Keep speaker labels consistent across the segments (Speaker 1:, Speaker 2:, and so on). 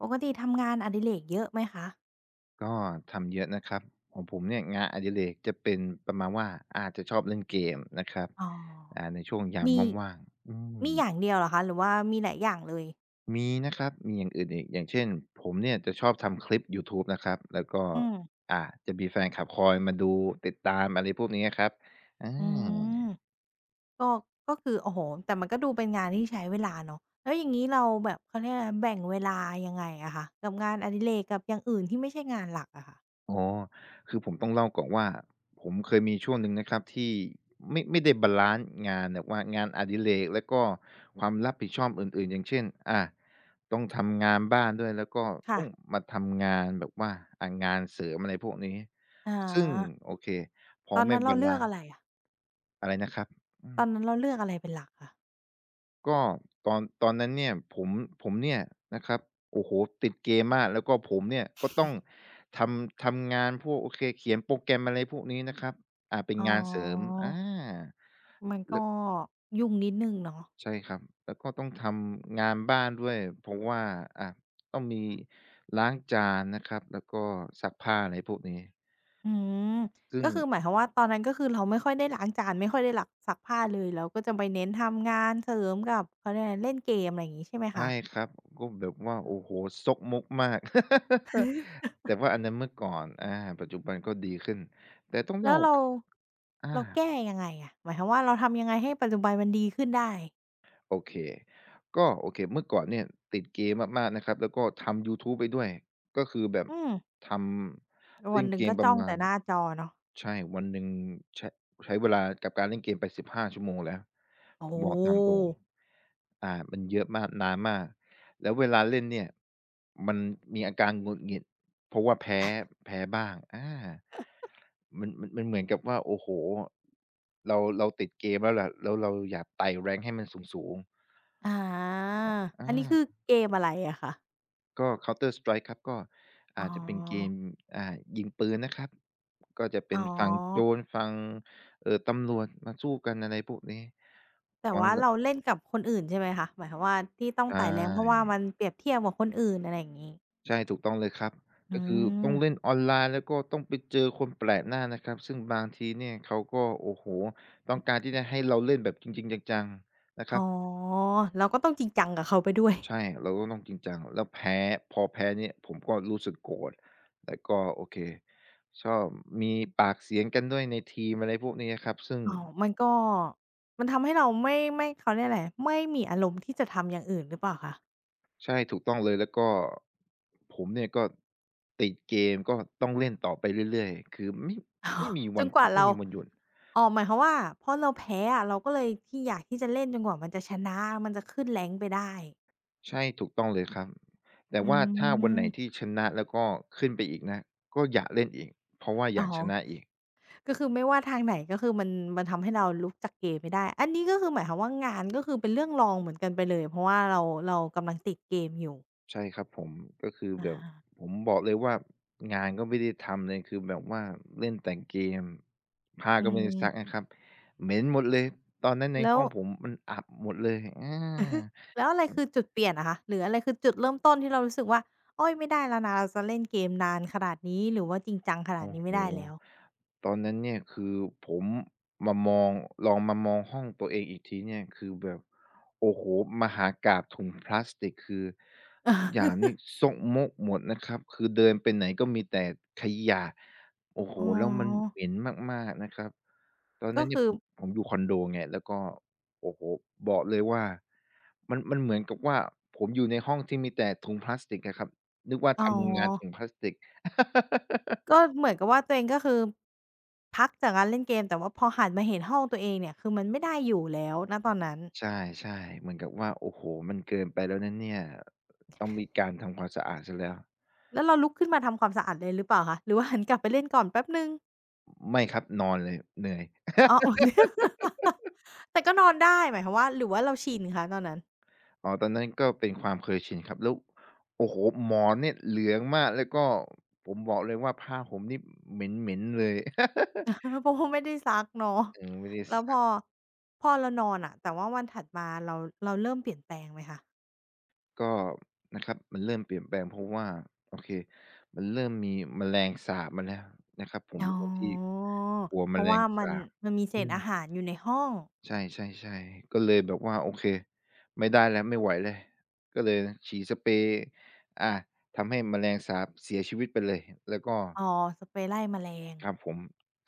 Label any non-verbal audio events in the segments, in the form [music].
Speaker 1: ปกติทำงานอดิเรกเยอะไหมคะ
Speaker 2: ก็ทำเยอะนะครับของผมเนี่ยงานอดิเรกจะเป็นประมาณว่าอาจจะชอบเล่นเกมนะครับ
Speaker 1: อ๋อ
Speaker 2: ในช่วงยาม
Speaker 1: มี
Speaker 2: ว่างๆม
Speaker 1: มีอย่างเดียวเหรอคะหรือว่ามีหลายอย่างเลย
Speaker 2: มีนะครับมีอย่างอื่นอีกอย่างเช่นผมเนี่ยจะชอบทำคลิปยูทูบนะครับแล้วก็
Speaker 1: อืม
Speaker 2: จะมีแฟนคลับคอยมาดูติดตามอะไรพวกนี้ะครับอ
Speaker 1: อืม
Speaker 2: า
Speaker 1: ก็ก็คือโอ้โฮแต่มันก็ดูเป็นงานที่ใช้เวลาเนาะ แล้วอย่างงี้เราแบบเขาเรียกอะไรแบ่งเวลายังไงอะคะกับงานอดิเรกกับอย่างอื่นที่ไม่ใช่งานหลักอะค่ะ
Speaker 2: อ๋อคือผมต้องเล่าก่อนว่าผมเคยมีช่วงหนึ่งนะครับที่ไม่ได้บาลันซ์งานแบบว่างานอดิเรกแล้วก็ความรับผิดชอบอื่นๆอย่างเช่นอาต้องทำงานบ้านด้วยแล้วก็
Speaker 1: ค่ะ
Speaker 2: ต้องมาทำงานแบบว่างานเสริมอะไรพวกนี้
Speaker 1: อา
Speaker 2: ซึ่งโอเคพอ
Speaker 1: ตอน
Speaker 2: ไม่
Speaker 1: นั้นเรา
Speaker 2: บา
Speaker 1: เลื
Speaker 2: ลั
Speaker 1: อก
Speaker 2: น
Speaker 1: อะ
Speaker 2: ซ์
Speaker 1: ไรอะ
Speaker 2: อะไรนะครับอื
Speaker 1: ต
Speaker 2: ม
Speaker 1: อนนั้นเราเลือกอะไรเป็นหลักคะ
Speaker 2: ก็ตอนนั้นเนี่ยผมเนี่ยนะครับโอ้โฮติดเกมมากแล้วก็ผมเนี่ยก็ต้องทำงานพวกโอเคเขียนโปรแกรมอะไรพวกนี้นะครับเป็น
Speaker 1: อ๋อ
Speaker 2: งานเสริมอา
Speaker 1: มันก็ยุ่งนิดหนึ่งเนาะ
Speaker 2: ใช่ครับแล้วก็ต้องทำงานบ้านด้วยเพราะว่าอ่าต้องมีล้างจานนะครับแล้วก็ซักผ้าอะไรพวกนี้
Speaker 1: อืม
Speaker 2: ซึ่
Speaker 1: ก็
Speaker 2: ง
Speaker 1: คือหมายความว่าตอนนั้นก็คือเราไม่ค่อยได้ล้างจานไม่ค่อยได้หลักซักผ้าเลยเราก็จะไปเน้นทำงานเสริมกับเขาเรียกอะไรเล่นเกมอะไรอย่างงี้ใช่ไหม
Speaker 2: ใช่
Speaker 1: คะ
Speaker 2: ครับก็แบบว่าโอ้โฮซกมกมาก [laughs] แต่ว่าอันนั้นเมื่อก่อนอาปัจจุบันก็ดีขึ้นแต่ต้อง
Speaker 1: แล้ว
Speaker 2: เล่า
Speaker 1: เรา
Speaker 2: อา
Speaker 1: แก้ยังไงอะหมายความว่าเราทำยังไงให้ปัจจุบันมันดีขึ้นได้
Speaker 2: โอเคก็โอเคเมื่อก่อนเนี่ยติดเกมมากๆนะครับแล้วก็ทำยูทูบไปด้วยก็คือแบบ
Speaker 1: อืม
Speaker 2: ทำ
Speaker 1: วั
Speaker 2: เล่
Speaker 1: น
Speaker 2: น
Speaker 1: หนึ่
Speaker 2: เก
Speaker 1: งก็
Speaker 2: มป
Speaker 1: จ้
Speaker 2: ระ
Speaker 1: อง
Speaker 2: มา
Speaker 1: แต่
Speaker 2: ณ
Speaker 1: หน้าจอเนาะ
Speaker 2: ใช่วันหนึ่งใช้ใช้เวลากับการเล่นเกมไป15ชั่วโมงแล้ว
Speaker 1: โอ้
Speaker 2: ผ
Speaker 1: โ
Speaker 2: มบอกตามตรง
Speaker 1: ฮ
Speaker 2: มันเยอะมากนานมากแล้วเวลาเล่นเนี่ยมันมีอาการหงุดหงิดเพราะว่าแพ้แพ้บ้างอา มันเหมือนกับว่าโอ้โฮเราติดเกมแล้วล่ะแล้วเราอยากไต่ rank ให้มันสูงๆ
Speaker 1: อาอันนี้
Speaker 2: อา
Speaker 1: คือเกมอะไรอะคะ
Speaker 2: ก็ Counter Strike ครับก็
Speaker 1: อ๋อ
Speaker 2: จะเป็นเกมอ่ายิงปืนนะครับก็จะ
Speaker 1: อ๋
Speaker 2: เป็
Speaker 1: อ
Speaker 2: นฝั่งโจรฝั่งตำรวจมาสู้กันอะไรพวกนี้
Speaker 1: แต่
Speaker 2: วาง
Speaker 1: ว่า
Speaker 2: ล
Speaker 1: เราเล่นกับคนอื่นใช่ไหมคะหมายความว่าที่ต้อง
Speaker 2: ใช
Speaker 1: ไต่แรงเพราะว่า
Speaker 2: ่
Speaker 1: มันเปรียบเทียบกับคนอื่นอะไรอย่างงี้
Speaker 2: ใช่ถูกต้องเลยครับ
Speaker 1: อื
Speaker 2: ก็คือต้
Speaker 1: ม
Speaker 2: องเล่นออนไลน์แล้วก็ต้องไปเจอคนแปลกหน้านะครับซึ่งบางทีเนี่ยเขาก็โอ้โฮต้องการที่จะให้เราเล่นแบบจริงๆจังๆนะค
Speaker 1: อ๋
Speaker 2: รับ
Speaker 1: อเราก็ต้องจริงจังกับเขาไปด้วย
Speaker 2: ใช่เราก็ต้องจริงจังแล้วแพ้พอแพ้เนี่ยผมก็รู้สึกโกรธแล้วก็โอเคชอบมีปากเสียงกันด้วยในทีมอะไรพวกนี้ครับซึ่ง
Speaker 1: อ๋อมันก็มันทำให้เราไม่เขาเรียกอะไรไม่มีอารมณ์ที่จะทำอย่างอื่นหรือเปล่าคะ
Speaker 2: ใช่ถูกต้องเลยแล้วก็ผมเนี่ยก็ติดเกมก็ต้องเล่นต่อไปเรื่อยๆคือไม่
Speaker 1: อ๋อ
Speaker 2: ไม่มี
Speaker 1: [laughs] จ
Speaker 2: วัน
Speaker 1: นก
Speaker 2: พั
Speaker 1: ว่า
Speaker 2: กไม่
Speaker 1: เรา
Speaker 2: มีวันหยุด
Speaker 1: อ๋อหมายความว่าเพราะเราแพ้อะเราก็เลยที่อยากที่จะเล่นจนกว่ามันจะชนะมันจะขึ้น rank ไปได้
Speaker 2: ใช่ถูกต้องเลยครับแต่
Speaker 1: อื
Speaker 2: ว่าถ้าวันไหนที่
Speaker 1: ม
Speaker 2: ชนะแล้วก็ขึ้นไปอีกนะก็อยากเล่นอีกเพราะว่าอ
Speaker 1: อ๋อ
Speaker 2: ยากชนะอีก
Speaker 1: ก็คือไม่ว่าทางไหนก็คือมันมันทำให้เราลุกจากเกมไม่ได้อันนี้ก็คือหมายความว่างานก็คือเป็นเรื่องรองเหมือนกันไปเลยเพราะว่าเราเรากำลังติดเกมอยู่
Speaker 2: ใช่ครับผมก็คือ
Speaker 1: อา
Speaker 2: แบบผมบอกเลยว่างานก็ไม่ได้ทำเลยคือแบบว่าเล่นแต่เกมผ้า
Speaker 1: อื
Speaker 2: ก็ไม่ได้ซักนะ
Speaker 1: ม
Speaker 2: ครับเหม็นหมดเลยตอนนั้นใน
Speaker 1: แล้ว
Speaker 2: ห้องผมมันอับหมดเลยอา
Speaker 1: แล้วอะไรคือจุดเปลี่ยนอะคะหรืออะไรคือจุดเริ่มต้นที่เรารู้สึกว่าโอ๊ยไม่ได้แล้วนะเราจะเล่นเกมนานขนาดนี้หรือว่าจริงจังขนาด
Speaker 2: โอ้
Speaker 1: นี้
Speaker 2: โฮ
Speaker 1: ไม่ได้แล้ว
Speaker 2: ตอนนั้นเนี่ยคือผมมามองลองมามองห้องตัวเองอีกทีเนี่ยคือแบบโอ้โฮมหากาพย์ถุงพลาสติกคือทุกอย่าง
Speaker 1: [laughs]
Speaker 2: นี่ซกมกหมดนะครับคือเดินไปไหนก็มีแต่ขยะโอ้โฮ
Speaker 1: อ๋อ
Speaker 2: แล้วมันเหม็นมากๆนะครับตอน
Speaker 1: ก็
Speaker 2: นั้นเนี่ย
Speaker 1: คือ
Speaker 2: ผมอยู่คอนโดไงแล้วก็โอ้โฮบอกเลยว่ามันเหมือนกับว่าผมอยู่ในห้องที่มีแต่ถุงพลาสติกอะครับนึกว่า
Speaker 1: อ๋อ
Speaker 2: ทำโรงงานถุงพลาสติก
Speaker 1: ก็เหมือนกับว่าตัวเองก็คือพักจากการเล่นเกมแต่ว่าพอหันมาเห็นห้องตัวเองเนี่ยคือมันไม่ได้อยู่แล้วณตอนนั้น
Speaker 2: ใช่ๆเหมือนกับว่าโอ้โฮมันเกินไปแล้วนะเนี่ยต้องมีการทำความสะอาดเสียแล้ว
Speaker 1: แล้วเราลุกขึ้นมาทำความสะอาดเลยหรือเปล่าคะหรือว่าหันกลับไปเล่นก่อนแป๊บหนึ่ง
Speaker 2: ไม่ครับนอนเลยเหนื่อย
Speaker 1: อ๋อ [laughs] แต่ก็นอนได้หมายความว่าหรือว่าเราชินคะตอนนั้น
Speaker 2: อ๋อตอนนั้นก็เป็นความเคยชินครับแล้วโอ้โฮหมอนเนี่ยเหลืองมากแล้วก็ผมบอกเลยว่าผ้าห่มนี่เหม็นๆเลย [laughs]
Speaker 1: [laughs] เพราะว่าไม่ได้ซักเนาะ
Speaker 2: ยังไม่ได้
Speaker 1: แล้
Speaker 2: ซั
Speaker 1: วพ
Speaker 2: ก
Speaker 1: อเรานอนอะแต่ว่าวันถัดมาเราเริ่มเปลี่ยนแปลงไหมค่ะ
Speaker 2: ก็นะครับมันเริ่มเปลี่ยนแปลงเพราะว่าโอเคมันเริ่มมีแมลงสาบมาแล้วนะครับผม
Speaker 1: อ๋
Speaker 2: เป็นคนที่
Speaker 1: อ
Speaker 2: กลัว
Speaker 1: เพ
Speaker 2: แม
Speaker 1: ราะ
Speaker 2: ล
Speaker 1: ว่า
Speaker 2: ง
Speaker 1: มั
Speaker 2: สา
Speaker 1: น
Speaker 2: บ
Speaker 1: มันมีเศ
Speaker 2: อื
Speaker 1: ษ
Speaker 2: ม
Speaker 1: อาหารอยู่ในห้อง
Speaker 2: ใช่ๆๆก็เลยแบบว่าโอเคไม่ได้แล้วไม่ไหวแล้วก็เลยฉีดสเปรย์อาทำให้แมลงสาบเสียชีวิตไปเลยแล้วก็
Speaker 1: อ๋อสเปรย์ไล่แมลง
Speaker 2: ครับผม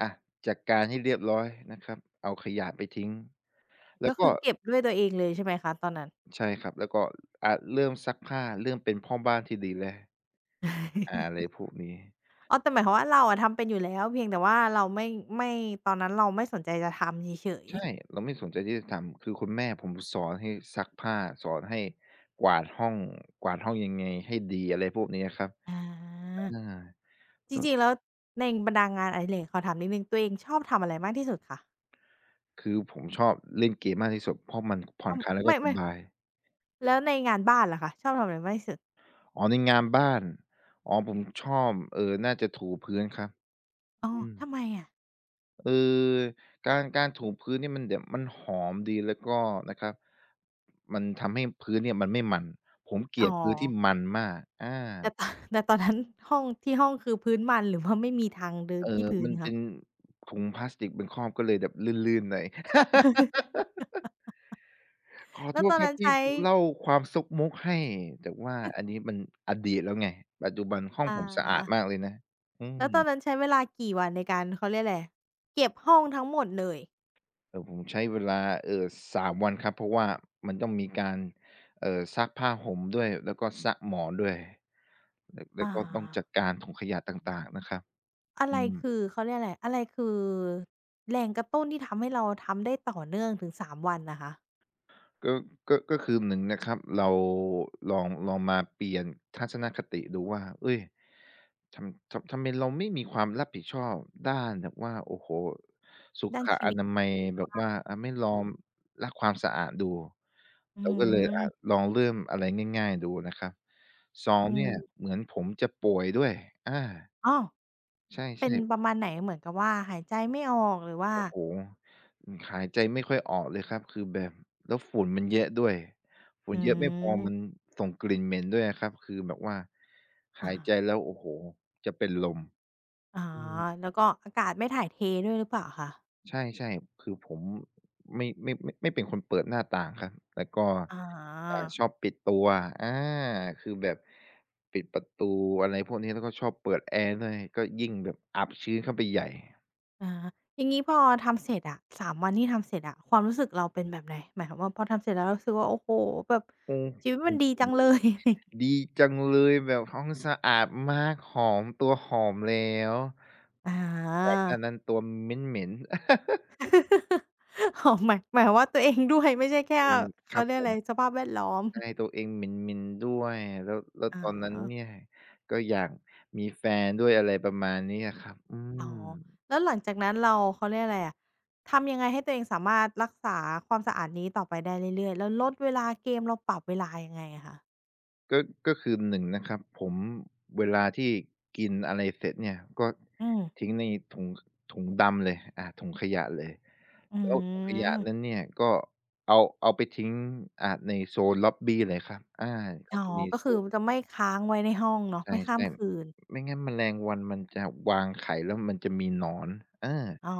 Speaker 2: อาจัดการให้เรียบร้อยนะครับเอาขยะไปทิ้งแล้
Speaker 1: ก็
Speaker 2: ว
Speaker 1: คื
Speaker 2: ก็
Speaker 1: อเก็บด้วยตัวเองเลยใช่ไหมคะตอนนั้น
Speaker 2: ใช่ครับแล้วก็อาเริ่มซักผ้าเริ่มเป็นพ่อบ้านที่ดีแล้วอาอะไร
Speaker 1: [laughs]
Speaker 2: พวกนี้
Speaker 1: อ๋อแต่หมายความว่าเราอะทำเป็นอยู่แล้วเพียงแต่ว่าเราไม่ตอนนั้นเราไม่สนใจจะทำเฉย
Speaker 2: ใช่
Speaker 1: ๆ
Speaker 2: เราไม่สนใจที่จะทำคือคุณแม่ผมสอนให้ซักผ้าสอนให้กวาดห้องกวาดห้องยังไงให้ดีอะไรพวกนี้อะครับ
Speaker 1: อา
Speaker 2: อา
Speaker 1: จริ
Speaker 2: ก็
Speaker 1: ริงๆแล้วในบรรดางานอดิเรกเขอถามนิดนึงตัวเองชอบทำอะไรมากที่สุดคะ
Speaker 2: คือผมชอบเล่นเกมมากที่สุดเพราะมันผ่อ
Speaker 1: อ้า
Speaker 2: น
Speaker 1: ว
Speaker 2: คลายแล้วก็
Speaker 1: ไม่
Speaker 2: ส
Speaker 1: ไม่
Speaker 2: บาย
Speaker 1: แล้วในงานบ้านล่ะคะชอบทำอะไรมากที่สุด
Speaker 2: อ๋อในงานบ้านอ๋อผมชอบน่าจะถูพื้นครับ
Speaker 1: อ๋อ
Speaker 2: อืม
Speaker 1: ทำไมอะ
Speaker 2: เออการถูพื้นเนี่ยมันแบบมันหอมดีแล้วก็นะครับมันทำให้พื้นเนี่ยมันไม่มันผมเก
Speaker 1: อ๋
Speaker 2: ลี
Speaker 1: อ
Speaker 2: ยดพื้นที่มันมากอา
Speaker 1: แต่ตอ [laughs] แต่ตอนนั้นห้องที่ห้องคือพื้นมันหรือว่าไม่มีทางเดินที่พื้น
Speaker 2: มัน
Speaker 1: คะ
Speaker 2: เป็นถุงพลาสติกเป็นครอบก็เลยแบบลื่นๆหน่อย ขอ
Speaker 1: แล้
Speaker 2: โท
Speaker 1: วต
Speaker 2: ษ
Speaker 1: อน
Speaker 2: ครับ
Speaker 1: นั้น
Speaker 2: ที่
Speaker 1: ใช้
Speaker 2: เล่าความซกมกให้ แต่ว่าอันนี้มันอดีตแล้วไงปัจจุบันห้อง
Speaker 1: อ่า
Speaker 2: ผมสะอาดมากเลยนะอื
Speaker 1: แล้
Speaker 2: ม
Speaker 1: วตอนนั้นใช้เวลากี่วันในการเขาเรียกอะไรเก็บห้องทั้งหมดเลย
Speaker 2: เออผมใช้เวลาเอ่อ3วันครับเพราะว่ามันต้องมีการซักผ้าห่มด้วยแล้วก็ซักหมอนด้วยแล้วแล้ว
Speaker 1: อา
Speaker 2: ก็ต้องจัดการถุงขยะต่างๆนะครับ
Speaker 1: อะ
Speaker 2: อื
Speaker 1: ไร
Speaker 2: ม
Speaker 1: คือเขาเรียกอะไรอะไรคือแรงกระตุ้นที่ทำให้เราทำได้ต่อเนื่องถึง3วันน่ะคะ
Speaker 2: ก็ก็คือหนึ่งนะครับ เราลองมาเปลี่ยนทัศนคติดูว่าเฮ้ยทำไมเราไม่มีความรับผิดชอบด้านแบบว่า โอ้โฮสุ
Speaker 1: ด้า
Speaker 2: ข
Speaker 1: นชี
Speaker 2: อ
Speaker 1: วิต
Speaker 2: นามัยแบบ
Speaker 1: [unintelligible]
Speaker 2: ว่าอาไม่ลองรักความสะอาดดู
Speaker 1: อื
Speaker 2: เราก็เลยอา
Speaker 1: ม
Speaker 2: ลองเริ่มอะไรง่ายๆดูนะครับ สอง
Speaker 1: อื
Speaker 2: เนี่ย
Speaker 1: ม
Speaker 2: เหมือนผมจะป่วยด้วยอา
Speaker 1: อ้อ
Speaker 2: ใช่
Speaker 1: เป็นประ
Speaker 2: ๆ
Speaker 1: มาณไหนเหมือนกับว่าหายใจไม่ออกหรือว่า
Speaker 2: โอ้โฮอืมหายใจไม่ค่อยออกเลยครับคือแบบแล้วฝุ่นมันเยอะด้วยฝุ่
Speaker 1: อื
Speaker 2: นเยอะไม่พอมัน
Speaker 1: ม
Speaker 2: ส่งกลิ่นเหม็นด้วยอะครับคือแบบว่า
Speaker 1: อา
Speaker 2: หายใจแล้วโอ้โฮจะเป็นลม
Speaker 1: อ๋อ
Speaker 2: อืม
Speaker 1: แล้วก็อากาศไม่ถ่ายเทด้วยหรือเปล่าคะ
Speaker 2: ใช่ๆคือผมไม่เป็นคนเปิดหน้าต่างครับแล้วก็
Speaker 1: อา
Speaker 2: อ่า
Speaker 1: อ
Speaker 2: ชอบปิดตัวอาคือแบบปิดประตูอะไรพวกนี้แล้วก็ชอบเปิดแอร์ด้วยก็ยิ่งแบบอับชื้นเข้าไปใหญ่
Speaker 1: าอย่างงี้พอทำเสร็จอะสามวันที่ทำเสร็จอะความรู้สึกเราเป็นแบบไหน หมายความว่าพอทำเสร็จแล้วเรารู้สึกว่าโอ้โฮแบบ
Speaker 2: อืม
Speaker 1: ชีวิต
Speaker 2: อื
Speaker 1: มัน
Speaker 2: อ
Speaker 1: ดี
Speaker 2: ฮึ
Speaker 1: จังเลย [laughs]
Speaker 2: ดีจังเลยแบบห้องสะอาดมากหอมตัวหอมแล้ว
Speaker 1: อ
Speaker 2: ก่อน
Speaker 1: า
Speaker 2: หน้านั้นตัวเหม็น
Speaker 1: อ๋อหมายความว่าตัวเองด้วยไม่ใช่แค่
Speaker 2: ๆอืมค
Speaker 1: เขา
Speaker 2: รับ
Speaker 1: เรียก
Speaker 2: ผ
Speaker 1: อะ
Speaker 2: ม
Speaker 1: ไรสภาพแวดล้อม
Speaker 2: ใช่ตัวเองเหม็นๆด้วยแล้ว
Speaker 1: อ๋อ
Speaker 2: ตอนนั้นเนี่ยก็อยากมีแฟนด้วยอะไรประมาณนี้อะครับอื
Speaker 1: อ๋อ
Speaker 2: ม
Speaker 1: แล้วหลังจากนั้นเราเขาเรียกอะไรอะทำยังไงให้ตัวเองสามารถรักษาความสะอาดนี้ต่อไปได้เรื่อยๆแล้วลดเวลาเกมเราปรับเวลายังไงอะคะ
Speaker 2: ก็ก็คือหนงนะครับผมเวลาที่กินอะไรเสร็จเนี่ยก็
Speaker 1: อืม
Speaker 2: ทิ้งในถุงถุงดำเลยอาถุงขยะเลย
Speaker 1: อื
Speaker 2: แล้วถุงขยะนั้น
Speaker 1: ม
Speaker 2: เนี่ยก็เอาเอาไปทิ้งอ่าในโซนล็อบบีเลยครับอาก็
Speaker 1: อ๋อ
Speaker 2: จะมี
Speaker 1: ก็
Speaker 2: โซ
Speaker 1: คือ
Speaker 2: น
Speaker 1: จะไม่ค้างไว้ในห้องเนาะ
Speaker 2: ใช่
Speaker 1: ไม่ข้ามคืน
Speaker 2: ๆไม่งั้นแมลงวันมันจะวางไข่แล้วมันจะมีหนอนอา
Speaker 1: อ๋อ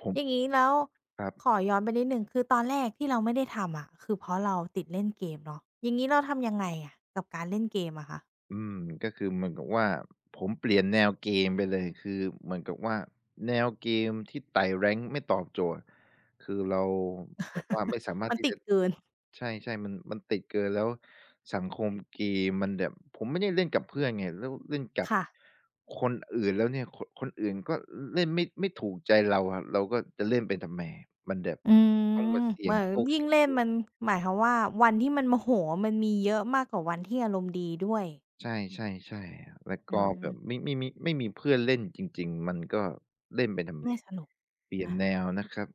Speaker 2: ผ
Speaker 1: อย่าง
Speaker 2: ม
Speaker 1: งี้แล้ว
Speaker 2: ครั
Speaker 1: ขอ
Speaker 2: บ
Speaker 1: ย้อนไปนิดหนึ่งคือตอนแรกที่เราไม่ได้ทำอะคือเพราะเราติดเล่นเกมเนาะอย่างงี้เราทำยังไงอะกับการเล่นเกมอะคะ
Speaker 2: อืมก็คือเหมือนกับว่าผมเปลี่ยนแนวเกมไปเลยคือเหมือนกับว่าแนวเกมที่ไต่ rank ไม่ตอบโจทย์คือเราแบบว่าไม่สา
Speaker 1: [laughs]
Speaker 2: มารถ
Speaker 1: มัน
Speaker 2: ที่
Speaker 1: ติด
Speaker 2: จะ
Speaker 1: เกิน
Speaker 2: ใช่ๆมันติดเกินแล้วสังคมเกมมันแบบผมไม่ได้เล่นกับเพื่อนไงแล้วเล่นกับ
Speaker 1: ค่ะ
Speaker 2: คนอื่นแล้วเนี่ยคนอื่นก็เล่นไม่ถูกใจเราอะเราก็จะเล่นไปทำไมมันแบบต้องมาเสี่
Speaker 1: เห
Speaker 2: ย
Speaker 1: มื
Speaker 2: ง
Speaker 1: อน
Speaker 2: โชค
Speaker 1: ยิ่ง
Speaker 2: เสี่ยง
Speaker 1: เล่
Speaker 2: ด
Speaker 1: น
Speaker 2: วง
Speaker 1: มันหมายความว่าวันที่มันโมโหมันมีเยอะมากกว่าวันที่อารมณ์ดีด้วย
Speaker 2: ใช่ใช่ใช่แล้ว
Speaker 1: อื
Speaker 2: ก็แบบ
Speaker 1: ม
Speaker 2: ไม่มีเพื่อนเล่นจริงๆมันก็เล่นไปทำไม
Speaker 1: เนี่ยสนุก
Speaker 2: เปลี่ยน
Speaker 1: อา
Speaker 2: แนวนะครับ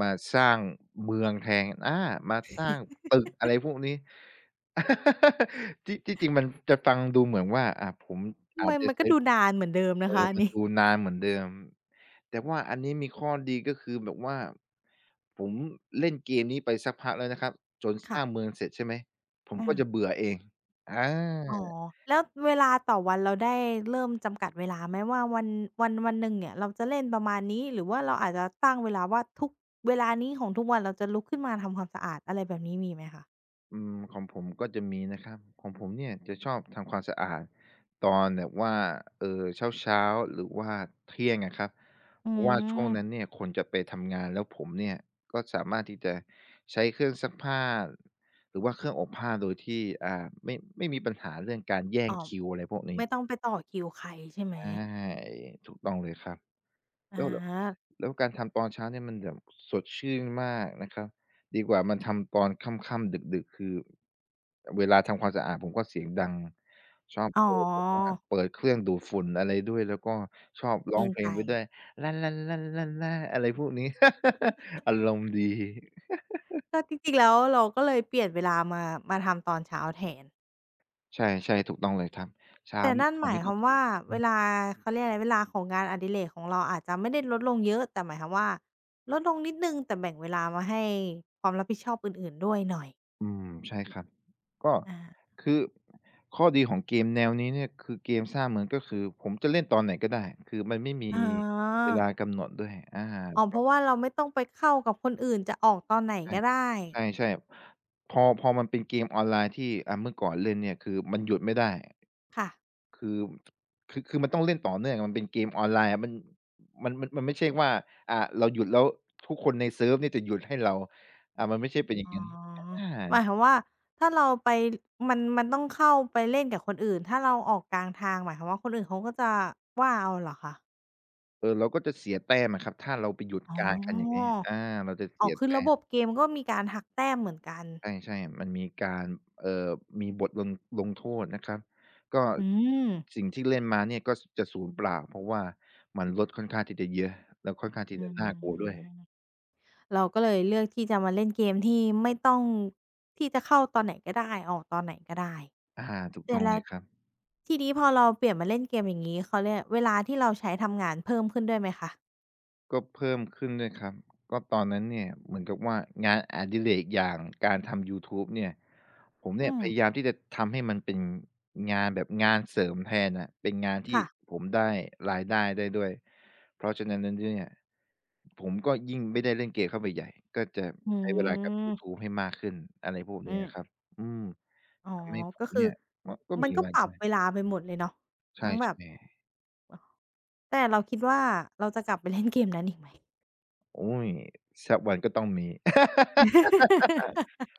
Speaker 2: มาสร้างเมืองแทนอามาสร้างตึกอะไรพวกนี้ [laughs] ที่ที่จริงมันจะฟังดูเหมือนว่าอ่าผมอาจ
Speaker 1: มัน
Speaker 2: จะ
Speaker 1: มันก็
Speaker 2: ใช้
Speaker 1: ดูนานเหมือนเดิม
Speaker 2: เอ
Speaker 1: นะคะ
Speaker 2: อ
Speaker 1: อัน
Speaker 2: มัน
Speaker 1: นี้
Speaker 2: ดูนานเหมือนเดิมแต่ว่าอันนี้มีข้อดีก็คือแบบว่าผมเล่นเกมนี้ไปสักพักแล้วนะครับจนสร้างเมื
Speaker 1: ค่ะ
Speaker 2: องเสร็จใช่ไหมผม
Speaker 1: อา
Speaker 2: ก็จะเบื่อเองอ
Speaker 1: อ๋อ
Speaker 2: า
Speaker 1: แล้วเวลาต่อวันเราได้เริ่มจำกัดเวลาไหมว่าวันวันหนึ่งเนี่ยเราจะเล่นประมาณนี้หรือว่าเราอาจจะตั้งเวลาว่าทุกเวลานี้ของทุกวันเราจะลุกขึ้นมาทำความสะอาดอะไรแบบนี้มีไหมคะ
Speaker 2: อืมของผมก็จะมีนะครับของผมเนี่ยจะชอบทำความสะอาดตอนแบบว่าเอ่อเช้าๆหรือว่าเที่ยงอะครับ
Speaker 1: อื
Speaker 2: เพราะว่าช่วงนั้น
Speaker 1: ม
Speaker 2: เนี่ยคนจะไปทำงานแล้วผมเนี่ยก็สามารถที่จะใช้เครื่องซักผ้าหรือว่าเครื่องอบผ้าโดยที่อ่าไม่มีปัญหาเรื่องการแย่ง
Speaker 1: อ๋อ
Speaker 2: คิวอะไรพวกนี้
Speaker 1: ไม่ต้องไปต่อคิวใครใช่ไหม
Speaker 2: ใช่ถูกต้องเลยครับ
Speaker 1: อ
Speaker 2: แล้วแลว
Speaker 1: า
Speaker 2: แล้วการทำตอนเช้าเนี่ยมันแบบสดชื่นมากนะครับดีกว่ามันทำตอนค่ำๆดึกๆคือเวลาทำความสะอาดผมก็เสียงดังชอบ
Speaker 1: อ๋อ
Speaker 2: เปิดแบบว่าเปิดเครื่องดูดฝุ่นอะไรด้วยแล้วก็ชอบ
Speaker 1: เก
Speaker 2: ร้
Speaker 1: ร
Speaker 2: อง
Speaker 1: ง
Speaker 2: เพล
Speaker 1: ใจ
Speaker 2: งไปด้วยล้าล้าล้าล้าล้าอะไรพวกนี้ [laughs] อารมณ์ดี
Speaker 1: ก็จริงๆแล้วเราก็เลยเปลี่ยนเวลามามาทำตอนเช้าแทน
Speaker 2: ใช่ๆถูกต้องเลยครับเช้า
Speaker 1: แต่นั่นห
Speaker 2: เช้า
Speaker 1: มาย
Speaker 2: นี้
Speaker 1: ค
Speaker 2: ก็
Speaker 1: วาม
Speaker 2: คือ
Speaker 1: ว่าเวลาเขาเรียกอะไรเวลาของงานอดิเรกของเราอาจจะไม่ได้ลดลงเยอะแต่หมายความว่าลดลงนิดหนึ่งแต่แบ่งเวลามาให้ความรับผิดชอบอื่นๆด้วยหน่อย
Speaker 2: อืมใช่ครับก็
Speaker 1: อา
Speaker 2: คือข้อดีของเกมแนวนี้เนี่ยคือเกมสร้างเมืองก็คือผมจะเล่นตอนไหนก็ได้คือมันไม่มี
Speaker 1: อ๋อ
Speaker 2: เวลากำหนดด้วยอา
Speaker 1: อ๋อเพราะว่าเราไม่ต้องไปเข้ากับคนอื่นจะออกตอนไหนก็ได้
Speaker 2: ใช่ใช่ๆพอมันเป็นเกมออนไลน์ที่อ่าเมื่อก่อนเล่นเนี่ยคือมันหยุดไม่ได้
Speaker 1: ค่ะ
Speaker 2: คือคือมันต้องเล่นต่อเนื่องมันเป็นเกมออนไลน์อะมันมันไม่ใช่ว่าอ่าเราหยุดแล้วทุกคนในเซิร์ฟเนี่ยจะหยุดให้เราอ่ามันไม่ใช่เป็นอย่าง
Speaker 1: อ๋อ
Speaker 2: งั้นอ
Speaker 1: หมายค
Speaker 2: า
Speaker 1: วามว่าถ้าเราไปมันต้องเข้าไปเล่นกับคนอื่นถ้าเราออกกลางทางหมายความว่าคนอื่นเขาก็จะว่าเอาเหรอคะ
Speaker 2: เออเราก็จะเสียแต้มอะครับถ้าเราไปหยุด
Speaker 1: อ๋
Speaker 2: กลารกงคันอย่างงี้
Speaker 1: อ
Speaker 2: [laughs] อาเราจะ
Speaker 1: อ๋
Speaker 2: เสี
Speaker 1: อ
Speaker 2: ย
Speaker 1: คือ
Speaker 2: แต้
Speaker 1: ระบ
Speaker 2: ม
Speaker 1: บเกมก็มีการหักแต้มเหมือนกัน
Speaker 2: ใช่ๆมันมีการเอ่อมีบทลงโทษนะครับก็
Speaker 1: อืม
Speaker 2: สิ่งที่เล่นมาเนี่ยก็สจะสูญเปล่าเพราะว่ามันลดค่อนข้างที่จะเยอะแล้วค่อนข้างที่
Speaker 1: อื
Speaker 2: จะ
Speaker 1: ม
Speaker 2: น่ากลัวด้วย
Speaker 1: เราก็เลยเลือกที่จะมาเล่นเกมที่ไม่ต้องที่จะเข้าตอนไหนก็ได้ออกตอนไหนก็ได้
Speaker 2: อาถูก
Speaker 1: เสร็
Speaker 2: ต้
Speaker 1: จ
Speaker 2: อง
Speaker 1: แล้
Speaker 2: เล
Speaker 1: ว
Speaker 2: ยครับ
Speaker 1: ทีนี้พอเราเปลี่ยนมาเล่นเกมอย่างงี้เขาเรียกเวลาที่เราใช้ทำงานเพิ่มขึ้นด้วยไหมคะ
Speaker 2: ก็เพิ่มขึ้นด้วยครับก็ตอนนั้นเนี่ยเหมือนกับว่างานอดิเรกอย่างการทำยูทูบเนี่ยผมเนี่
Speaker 1: อื
Speaker 2: ย
Speaker 1: ม
Speaker 2: พยายามที่จะทำให้มันเป็นงานแบบงานเสริมแทนน่ะเป็นงานที่
Speaker 1: ค่ะ
Speaker 2: ผมได้รายได้ได้ด้วยเพราะฉะนั้นแล้วเนี่ยผมก็ยิ่งไม่ได้เล่นเกมเข้าไปใหญ่ก็จะ
Speaker 1: อื
Speaker 2: ใช้เวลากับยูทู
Speaker 1: ม
Speaker 2: บให้มากขึ้นอะไรพวก
Speaker 1: อื
Speaker 2: เนี้ย
Speaker 1: ม
Speaker 2: ครับอืม
Speaker 1: อ๋อ
Speaker 2: ทำให้ผ
Speaker 1: ก็
Speaker 2: ม
Speaker 1: คือ
Speaker 2: เนี่ยก็
Speaker 1: มัน
Speaker 2: มี
Speaker 1: ก็
Speaker 2: รา
Speaker 1: ป
Speaker 2: ย
Speaker 1: รับ
Speaker 2: ได้
Speaker 1: เวลาไปหมดเลยเนาะทั้
Speaker 2: ใช่
Speaker 1: งแบบ
Speaker 2: ๆ
Speaker 1: แต่เราคิดว่าเราจะกลับไปเล่นเกมนั้นอีกไหม
Speaker 2: โอ๊ยสักวันก็ต้องมี [laughs]
Speaker 1: [laughs]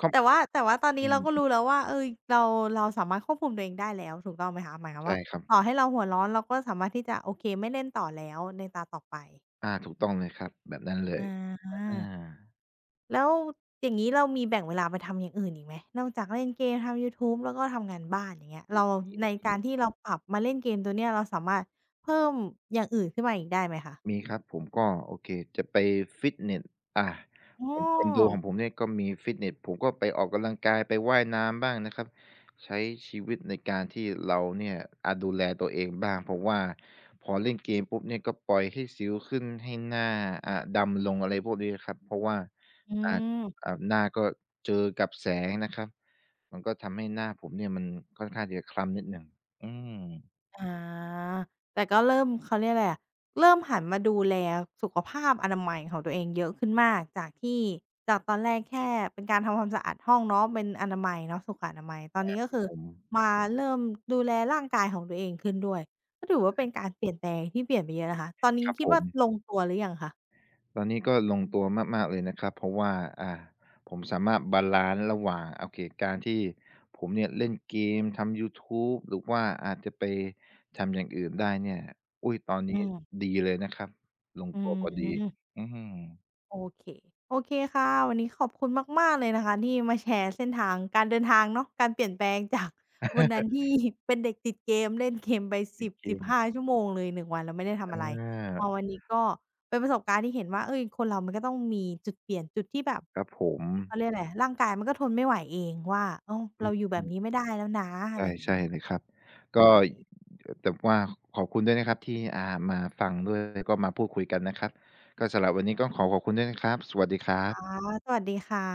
Speaker 2: ครัม
Speaker 1: แต่ว่าตอนนี้
Speaker 2: อื
Speaker 1: เรา
Speaker 2: ม
Speaker 1: ก็รู้แล้วว่าเออเราเราสามารถควบคุมตัวเองได้แล้วถูกต้องไหมคะหมายความ
Speaker 2: ใช่
Speaker 1: ว่า
Speaker 2: ครับ
Speaker 1: ต่อให้เราหัวร้อนเราก็สามารถที่จะโอเคไม่เล่นต่อแล้วในตาต่อไป
Speaker 2: อาถูกต้องเลยครับแบบนั้นเล
Speaker 1: อ
Speaker 2: ยอา
Speaker 1: า แล้วอย่างนี้เรามีแบ่งเวลาไปทำอย่างอื่นอีกไหมนอกจากเล่นเกมทำยูทูบแล้วก็ทำงานบ้านอย่างเงี้ยเราในการที่เราปรับมาเล่นเกมตัวเนี้ยเราสามารถเพิ่มอย่างอื่นขึ้นมาอีกได้ไหมคะ
Speaker 2: มีครับผมก็โอเคจะไปฟิตเนสอา
Speaker 1: อ๋อ
Speaker 2: ของคอนโดของผมเนี่ยก็มีฟิตเนสผมก็ไปออกกำลังกายไปว่ายน้ำบ้างนะครับใช้ชีวิตในการที่เราเนี่ยอาดูแลตัวเองบ้างเพราะว่าพอเล่นเกมปุ๊บเนี่ยก็ปล่อยให้สิวขึ้นให้หน้าอ่าดำลงอะไรพวกนี้ครับเพราะว่า
Speaker 1: อื
Speaker 2: อ่า
Speaker 1: ม
Speaker 2: อ่าหน้าก็เจอกับแสงนะครับมันก็ทำให้หน้าผมเนี่ยมันค่อนข้างที่จะคล้ำนิดหนึ่งอืม
Speaker 1: อาแต่ก็เริ่มเขาเรียกอะไรอะเริ่มหันมาดูแลสุขภาพอนามัยของตัวเองเยอะขึ้นมากจากที่จากตอนแรกแค่เป็นการทำความสะอาดห้องเนาะเป็นอนามัยเนาะสุขอนามัยตอน
Speaker 2: ค
Speaker 1: นี้
Speaker 2: รับ
Speaker 1: ก็คือ
Speaker 2: ผม
Speaker 1: มาเริ่มดูแลร่างกายของตัวเองขึ้นด้วยก็ถือว่าเป็นการเปลี่ยนแปลงที่เปลี่ยนไปเยอะนะคะตอนนี้
Speaker 2: ครับ
Speaker 1: คิด
Speaker 2: ผ
Speaker 1: ว่า
Speaker 2: ม
Speaker 1: ลงตัวหรือยังคะ
Speaker 2: ตอนนี้ก็ลงตัวมากๆเลยนะครับเพราะว่าอ่าผมสามารถบาลันซ์ระหว่างโอเคการที่ผมเนี่ยเล่นเกมทำยูทูบหรือว่าอาจจะไปทำอย่างอื่นได้เนี่ยอุ๊ยตอน
Speaker 1: อื
Speaker 2: นี้
Speaker 1: ม
Speaker 2: ดีเลยนะครับลง
Speaker 1: อื
Speaker 2: ตัว
Speaker 1: ม
Speaker 2: พอดีอืม
Speaker 1: โอเคโอเคค่ะวันนี้ขอบคุณมากๆเลยนะคะที่มาแชร์เส้นทางการเดินทางเนาะการเปลี่ยนแปลงจาก [laughs] วันนั้นที่เป็นเด็กติดเกมเล่นเกมไป
Speaker 2: ติดเก
Speaker 1: 1
Speaker 2: ม
Speaker 1: ห้5ชั่วโมงเลย1วันแล้วไม่ได้ทำ
Speaker 2: อ
Speaker 1: อะไรพอ
Speaker 2: า
Speaker 1: วันนี้ก็เป็นประสบการณ์ที่เห็นว่าเฮ้ยคนเรามันก็ต้องมีจุดเปลี่ยนจุดที่แบบ
Speaker 2: ครับผม
Speaker 1: เขาเรียกอะไรร่างกายมันก็ทนไม่ไหวเองว่าอ้าว
Speaker 2: อ
Speaker 1: เราอยู่แบบ
Speaker 2: ื
Speaker 1: นี้
Speaker 2: ม
Speaker 1: ไม่ได้แล้วนะอะไร
Speaker 2: ใช่
Speaker 1: อย่าง
Speaker 2: ใช่
Speaker 1: งี้
Speaker 2: เลยครับ
Speaker 1: โอ
Speaker 2: ก็
Speaker 1: เค
Speaker 2: แต่ว่าขอบคุณด้วยนะครับที่อ่ามาฟังด้วยแล้วก็มาพูดคุยกันนะครับก็สำหรับวันนี้ก็ขอขอบคุณด้วยนะครับสวัสดีครับ
Speaker 1: ค่ะสวัสดีค่ะ